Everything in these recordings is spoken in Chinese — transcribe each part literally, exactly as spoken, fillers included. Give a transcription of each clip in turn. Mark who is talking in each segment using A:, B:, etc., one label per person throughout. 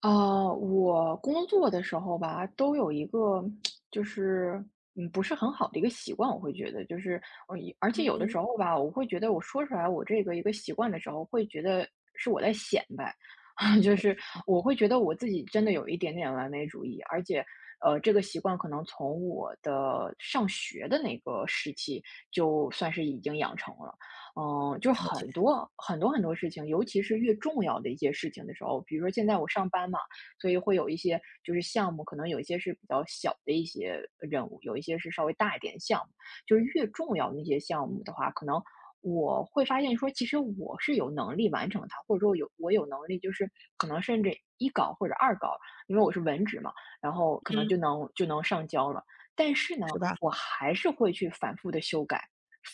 A: 啊，我工作的时候吧，都有一个就是嗯，不是很好的一个习惯，我会觉得就是呃，而且有的
B: 嗯，
A: 时候吧，我会觉得我说出来我这个一个习惯的时候，会觉得是我在显摆，就是我会觉得我自己真的有一点点完美主义，而且呃，这个习惯可能从我的上学的那个时期就算是已经养成了。嗯，就是
B: 了解，
A: 很多很多很多事情，尤其是越重要的一些事情的时候，比如说现在我上班嘛，所以会有一些就是项目，可能有一些是比较小的一些任务，有一些是稍微大一点的项目。就是越重要的那些项目的话，可能我会发现说，其实我是有能力完成它，或者说有我有能力，就是可能甚至一稿或者二稿，因为我是文职嘛，然后可能
B: 嗯，
A: 就能就能上交了。但是呢，
B: 是吧？
A: 我还是会去反复的修改，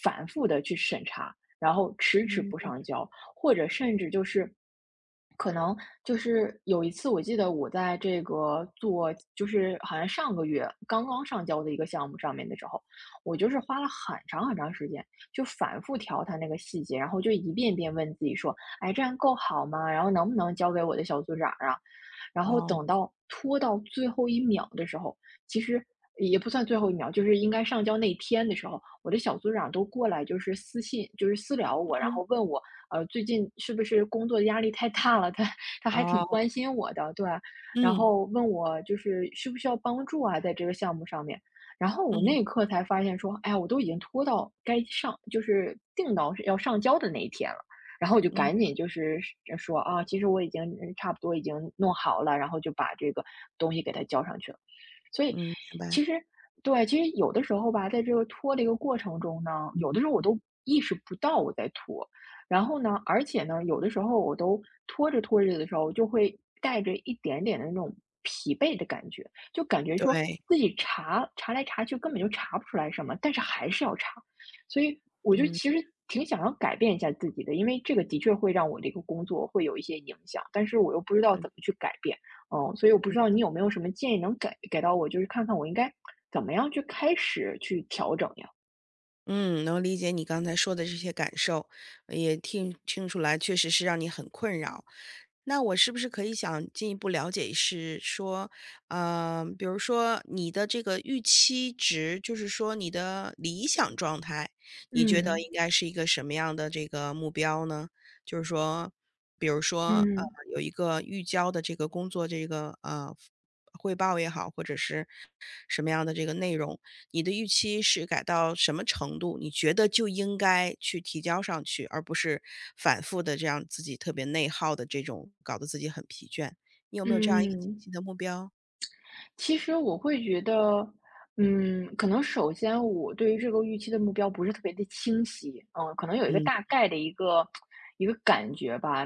A: 反复的去审查。然后迟迟
B: 嗯，
A: 不上交，或者甚至就是可能就是有一次，我记得我在这个做，就是好像上个月刚刚上交的一个项目上面的时候，我就是花了很长很长时间，就反复调它那个细节，然后就一遍遍问自己说，哎，这样够好吗？然后能不能交给我的小组长啊？然后
B: 哦，
A: 等到拖到最后一秒的时候，其实也不算最后一秒，就是应该上交那天的时候，我的小组长都过来，就是私信，就是私聊我，然
B: 嗯，
A: 后问我，呃，最近是不是工作压力太大了？他他还挺
B: 哦。
A: 关心我的，对，然
B: 嗯，
A: 后问我就是需不需要帮助啊，在这个项目上面。然后我
B: 嗯，
A: 那一刻才发现说，哎呀，我都已经拖到该上，就是定到要上交的那一天了。然后我就
B: 嗯，
A: 赶紧就是说啊，其实我已经嗯差不多已经弄好了，然后就把这个东西给他交上去了。所以
B: 嗯。明白，
A: 其实对，其实有的时候吧，在这个拖的一个过程中呢，有的时候我都意识不到我在拖，然后呢，而且呢，有的时候我都拖着拖着的时候，就会带着一点点的那种疲惫的感觉，就感觉说
B: 对，
A: 自己查查来查去根本就查不出来什么，但是还是要查，所以我就
B: 嗯。
A: 其实挺想要改变一下自己的，因为这个的确会让我的一个工作会有一些影响，但是我又不知道怎么去改变。嗯，所以我不知道你有没有什么建议能给给到我，就是看看我应该怎么样去开始去调整呀？
B: 嗯，能理解你刚才说的这些感受，也听听出来确实是让你很困扰。那我是不是可以想进一步了解是说，呃，比如说你的这个预期值，就是说你的理想状态，你觉嗯得
A: 嗯。
B: 应该是一个什么样的这个目标呢？就是说，比如说，呃，
A: 嗯
B: 有一个预交的这个工作这个，呃，汇报也好，或者是什么样的这个内容，你的预期是改到什么程度，你觉得就应该去提交上去，而不是反复的这样自己特别内耗的这种，搞得自己很疲倦。你有没有这
A: 嗯
B: 样一个清晰
A: 嗯。
B: 的目标？
A: 其实我会觉得，嗯，可能首先我对于这个预期的目标不是特别的清晰，嗯，可能有一个
B: 嗯
A: 大概的一个一个感觉吧。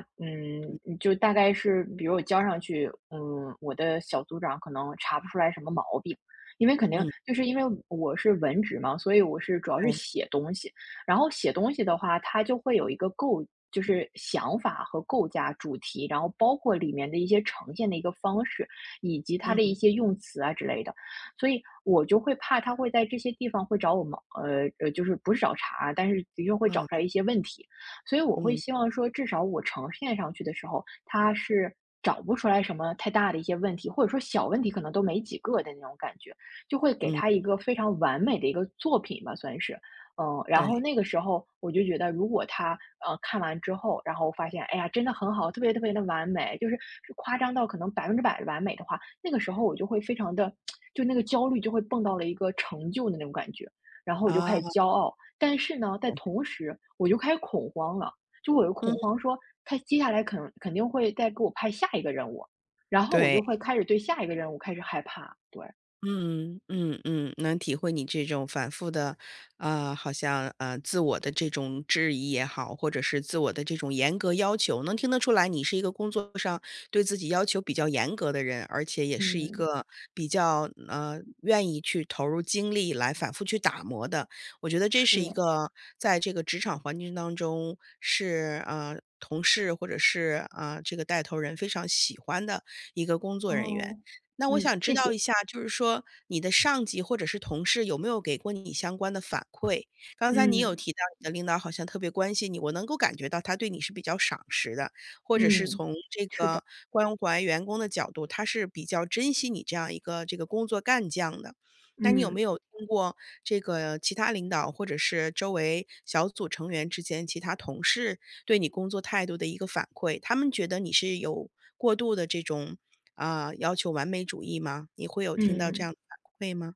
B: 嗯
A: 嗯，就大概是比如我交上去，嗯，我的小组长可能查不出来什么毛病，因为肯定
B: 嗯，
A: 就是因为我是文职嘛，所以我是主要是
B: 对，
A: 写东西，然后写东西的话，它就会有一个构就是想法和构架、主题，然后包括里面的一些呈现的一个方式。以及它的一
B: 嗯，
A: 些用词啊之类的。所以我就会怕他会在这些地方会找我们，呃呃，就是不是找茬，但是的确会找
B: 啊，
A: 出来一些问题。所以我会
B: 嗯
A: 希望说，至少我呈现上去的时候，他是。找不出来什么太大的一些问题，或者说小问题可能都没几个的那种感觉，就会给
B: 嗯，
A: 他一个非常完美的一个作品吧，算是。嗯，然后
B: 对，
A: 那个时候我就觉得，如果他呃看完之后，然后发现，哎呀，真的很好，特别特别的完美，就是是夸张到可能百分之百的完美的话，那个时候我就会非常的，就那个焦虑就会蹦到了一个成就的那种感觉，然后我就开
B: 啊，
A: 始骄傲，但是呢，在同时我就开始恐慌了，就我有
B: 嗯，
A: 恐慌说，他接下来肯肯定会再给我派下一个任务，然后我
B: 对。
A: 就会开始对下一个任务开始害怕，对，
B: 嗯嗯嗯，能体会你这种反复的，啊，好像呃自我的这种质疑也好，或者是自我的这种严格要求，能听得出来你是一个工作上对自己要求比较严格的人，而且也是一
A: 嗯，
B: 个比较呃愿意去投入精力来反复去打磨的。我觉得这是一
A: 是，
B: 个在这个职场环境当中是呃同事或者是啊、呃、这个带头人非常喜欢的一个工作人员。
A: 哦，
B: 那我
A: 嗯，
B: 想知
A: 谢
B: 道
A: 谢，
B: 一下，就是说你的上级或者是同事有没有给过你相关的反馈？刚才你有
A: 嗯。
B: 提到你的领导好像特别关心你，我能够感觉到他对你是比较赏识的，或者是
A: 嗯，
B: 从这
A: 是的，
B: 个关怀员工的角度，他是比较珍惜你这样一个这个工作干将的。那你有没
A: 嗯，
B: 有通过这个其他领导或者是周围小组成员之间其他同事对你工作态度的一个反馈，他们觉得你是有过度的这种啊，要求完美主义吗？你会有听到这
A: 嗯。
B: 样的反馈吗？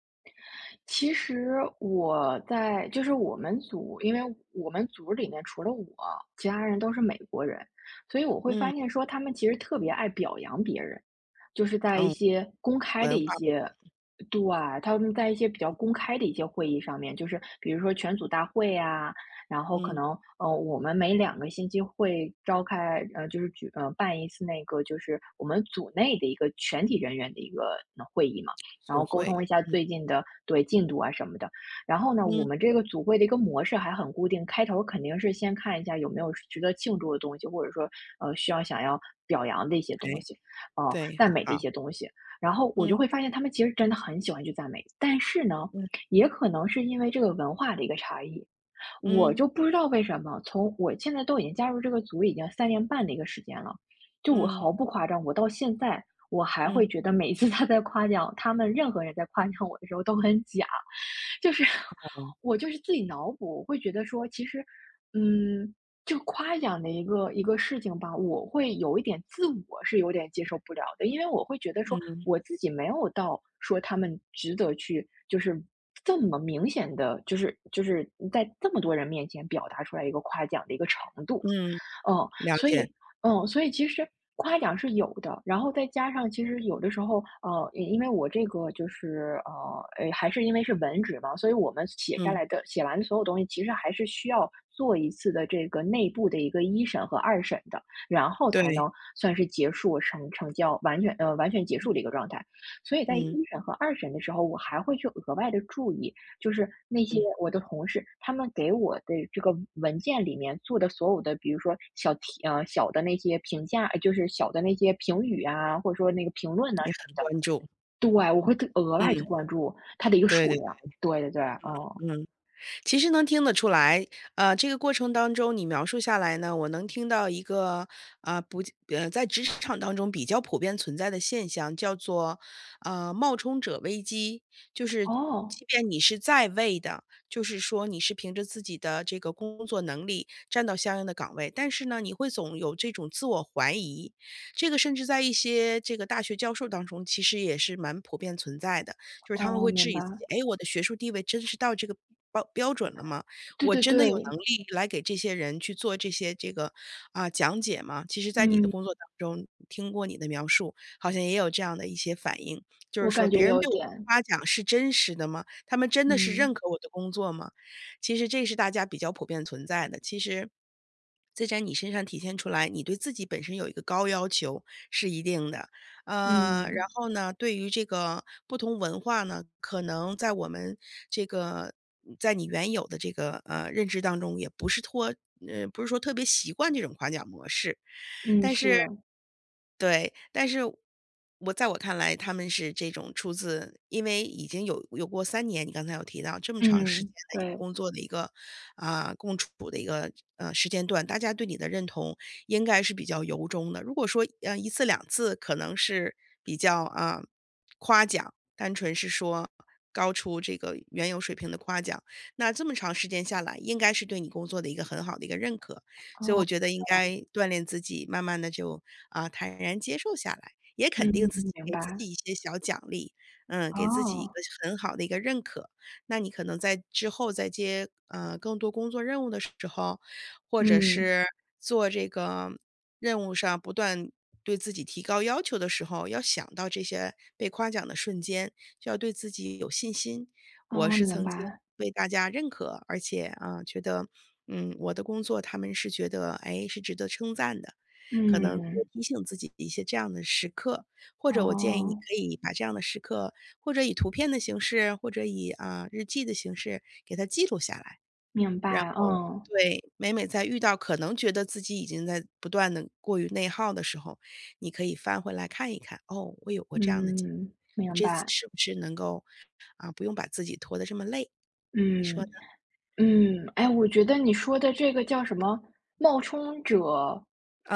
A: 其实我在就是我们组，因为我们组里面除了我，其他人都是美国人，所以我会
B: 嗯，
A: 发现说他们其实特别爱表扬别人，就是在一
B: 哦，
A: 些公开的
B: 文
A: 一
B: 化不
A: 些，
B: 同，
A: 对，他们在一些比较公开的一些会议上面，就是比如说全组大会呀，然后可
B: 嗯，
A: 能呃我们每两个星期会召开呃就是举呃办一次那个就是我们组内的一个全体人员的一个呃会议嘛。然
B: 总
A: 后沟
B: 会，
A: 通一下最近的对进度啊什么的。然后呢，我
B: 嗯，
A: 们这个组会的一个模式还很固定，开头肯定是先看一下有没有值得庆祝的东西，或者说呃需要想要表扬的一些
B: 哎，
A: 东西，啊，
B: 对，很
A: 赞美的一
B: 好，
A: 些东西。然后我
B: 嗯
A: 就会发现他们其实真的很喜欢去赞美，但是呢，
B: 嗯
A: 也可能是因为这个文化的一个差异，我
B: 嗯
A: 就不知道为什么，从我现在都已经加入这个组已经三年半的一个时间了，就我
B: 嗯
A: 毫不夸张，我到现在我还
B: 嗯，
A: 会觉得每一次他在夸奖他们任何人在夸奖我的时候都很假。就是
B: 哦
A: 我就是自己脑补，我会觉得说，其实，嗯，就夸奖的一个一个事情吧，我会有一点自我是有点接受不了的，因为我会觉得说
B: 嗯
A: 我自己没有到说他们值得去就是这么明显的，就是就是在这么多人面前表达出来一个夸奖的一个程度，
B: 嗯，
A: 嗯，
B: 了
A: 所
B: 解，
A: 以嗯，所以其实夸奖是有的，然后再加上其实有的时候，呃，也因为我这个就是呃，呃，还是因为是文职嘛，所以我们写下
B: 嗯，
A: 来的写完的所有东西，其实还是需要做一次的这个内部的一个一审和二审的，然后才
B: 对，
A: 能算是结束成成交完全呃完全结束的一个状态。所以在一
B: 嗯
A: 审和二审的时候，我还会去额外的注意。就是那些
B: 嗯，
A: 我的同事，他们给我的这个文件里面做的所有的，比如说小题呃，小的那些评价，呃就是小的那些评语啊，或者说那个评论呐
B: 你
A: 什么
B: 很
A: 的，
B: 关注，
A: 对，我会特额外去
B: 嗯，
A: 关注它的一个
B: 对
A: 数
B: 对，
A: 量。对对对，哦
B: 嗯。其实能听得出来，呃，这个过程当中你描述下来呢，我能听到一个啊、呃不呃在职场当中比较普遍存在的现象，叫做呃冒充者危机，就是
A: 哦，
B: 即便你是在位的，就是说你是凭着自己的这个工作能力站到相应的岗位，但是呢，你会总有这种自我怀疑，这个甚至在一些这个大学教授当中，其实也是蛮普遍存在的。就是他们
A: 哦，
B: 会质
A: 明
B: 疑
A: 白。
B: 自己，哎，我的学术地位真是到这个标标准了吗？
A: 对
B: 我
A: 对
B: 真的有能
A: 对，
B: 力来给这些人去做这些这个啊、讲解吗？其实，在你的
A: 嗯，
B: 工作当中，听过你的描述，好像也有这样的一些反应，就是
A: 我
B: 说
A: 感觉
B: 别人
A: 有
B: 对我的
A: 点，
B: 夸奖是真实的吗？他们真的是认
A: 嗯，
B: 可我的工作吗？其实这是大家比较普遍存在的。其实，这在你身上体现出来，你对自己本身有一个高要求是一定的，呃，然
A: 嗯，
B: 后呢，对于这个不同文化呢，可能在我们这个在你原有的这个，呃，认知当中，也不是托呃，不是说特别习惯这种夸奖模式，
A: 嗯，
B: 但是
A: 是，
B: 对，但是我在我看来，他们是这种出自因为已经有有过三年，你刚才有提到这么长时间
A: 嗯，
B: 的一个
A: 对，
B: 工作的一个，啊，共处的一个，呃，时间段，大家对你的认同应该是比较由衷的。如果说，呃一次两次可能是比较，啊，夸奖，单纯是说高出这个原有水平的夸奖，那这么长时间下来，应该是对你工作的一个很好的一个认可。所以我
A: 哦，
B: 觉得应该锻炼自己，慢慢的就，啊，坦然接受下来，也
A: 嗯
B: 肯定
A: 嗯
B: 自
A: 嗯是
B: 己，
A: 嗯对哦嗯明
B: 给自
A: 白，
B: 己一些小奖励，嗯，给自己一个
A: 哦，
B: 很好的一个认可。那你可能在之后再接，呃，更多工作任务的时候，或者
A: 嗯，
B: 是做这个任务上不断对自己提高要求的时候，要想到这些被夸奖的瞬间，就要对自己有信心。我
A: 哦，
B: 是
A: 明
B: 曾经
A: 白，
B: 被大家认可，而且啊，觉得，嗯，我的工作他们是觉得，哎，是值得称赞的。可能多
A: 嗯。
B: 提醒自己一些这样的时刻，或者我建议你
A: 哦，
B: 可以把这样的时刻，或者以图片的形式，或者以啊日记的形式给它记录下来。
A: 明
B: 然
A: 白，
B: 后，
A: 嗯，
B: 对，每每在遇到可能觉得自己已经在不断的过于内耗的时候，你可以翻回来看一看，哦，我有过这样的经
A: 嗯，明
B: 历，
A: 白，
B: 是不是能够啊，不用把自己拖得这么累，你说
A: 嗯，
B: 呢？
A: 嗯，哎，我觉得你说的这个叫什么冒充者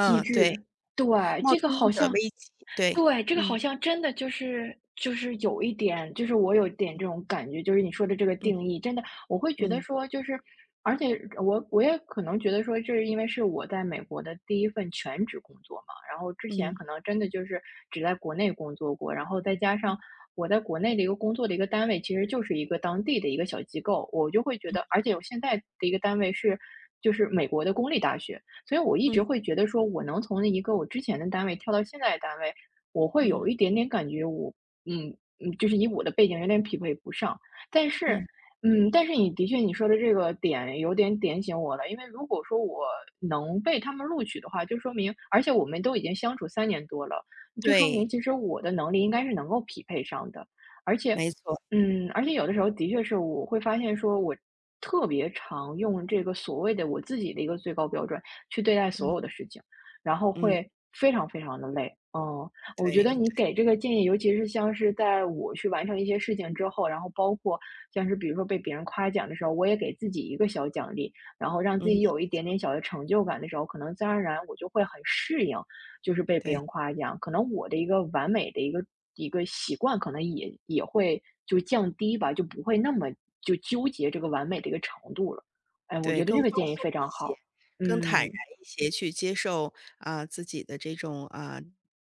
A: 机
B: 对，
A: 制，对，
B: 冒
A: 这个
B: 充
A: 好
B: 者
A: 像
B: 危机，对，
A: 对，这个好
B: 嗯
A: 像真的就是就是有一点，就是我有一点这种感觉，就是你说的这个定
B: 嗯
A: 义，真的我会觉得
B: 嗯
A: 说，就是而且我我也可能觉得说，这是因为是我在美国的第一份全职工作嘛，然后之前
B: 嗯
A: 可能真的就是只在国内工作过，然后再加上我在国内的一个工作的一个单位，其实就是一个当地的一个小机构，我就会觉得，而且我现在的一个单位是就是美国的公立大学，所以我一
B: 嗯
A: 直会觉得说，我能从一个我之前的单位跳到现在的单位。我会
B: 嗯
A: 有一点点感觉我嗯嗯，就是以我的背景有点匹配不上。但是，
B: 嗯，
A: 嗯，但是你的确你说的这个点有点点醒我了，因为如果说我能被他们录取的话，就说明，而且我们都已经相处三年多了，就说
B: 对，
A: 明其实我的能力应该是能够匹配上的，而且。
B: 没错，
A: 嗯，而且有的时候的确是我会发现，说我特别常用这个所谓的我自己的一个最高标准去对待
B: 嗯
A: 所有的事情，然后
B: 嗯，
A: 会非常非常的累。嗯，我觉得
B: 对，
A: 你给这个建议，尤其是像是在我去完成一些事情之后，然后包括像是比如说被别人夸奖的时候，我也给自己一个小奖励，然后让自
B: 嗯，
A: 己有一点点小的成就感的时候，可能自然而然我就会很适应，就是被别
B: 对。
A: 人夸奖。可能我的一个完美的一个一个习惯，可能也也会就降低吧，就不会那么就纠结这个完美的一个程度了。哎，我
B: 对，
A: 觉得
B: 更
A: 这个
B: 放
A: 建议
B: 松
A: 非
B: 一
A: 常
B: 些，
A: 好。
B: 更坦然
A: 嗯
B: 一些去接受，啊，自己的这种，啊，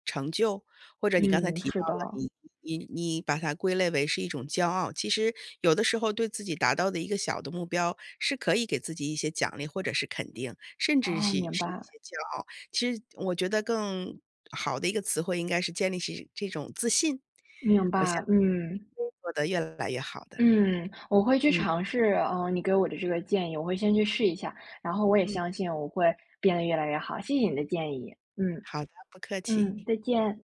B: 成就。或者你刚才
A: 嗯，
B: 提到
A: 是的，
B: 了，你你你把它归类为是一种骄傲，其实有的时候对自己达到的一个小的目标，是可以给自己一些奖励或者是肯定，甚至
A: 啊，
B: 是
A: 明
B: 是一
A: 白
B: 些骄傲。其实我觉得更好的一个词汇应该是建立起这种自信，
A: 明
B: 我相
A: 白，嗯。
B: 信会做得越来越好的。
A: 嗯，我会去
B: 嗯
A: 尝试，嗯，你给我的这个建议，我会先去试一下，然后我也
B: 嗯，
A: 相信我会变得越来越好，谢谢你的建议，嗯
B: 好的，不客
A: 嗯，
B: 气。
A: 再见。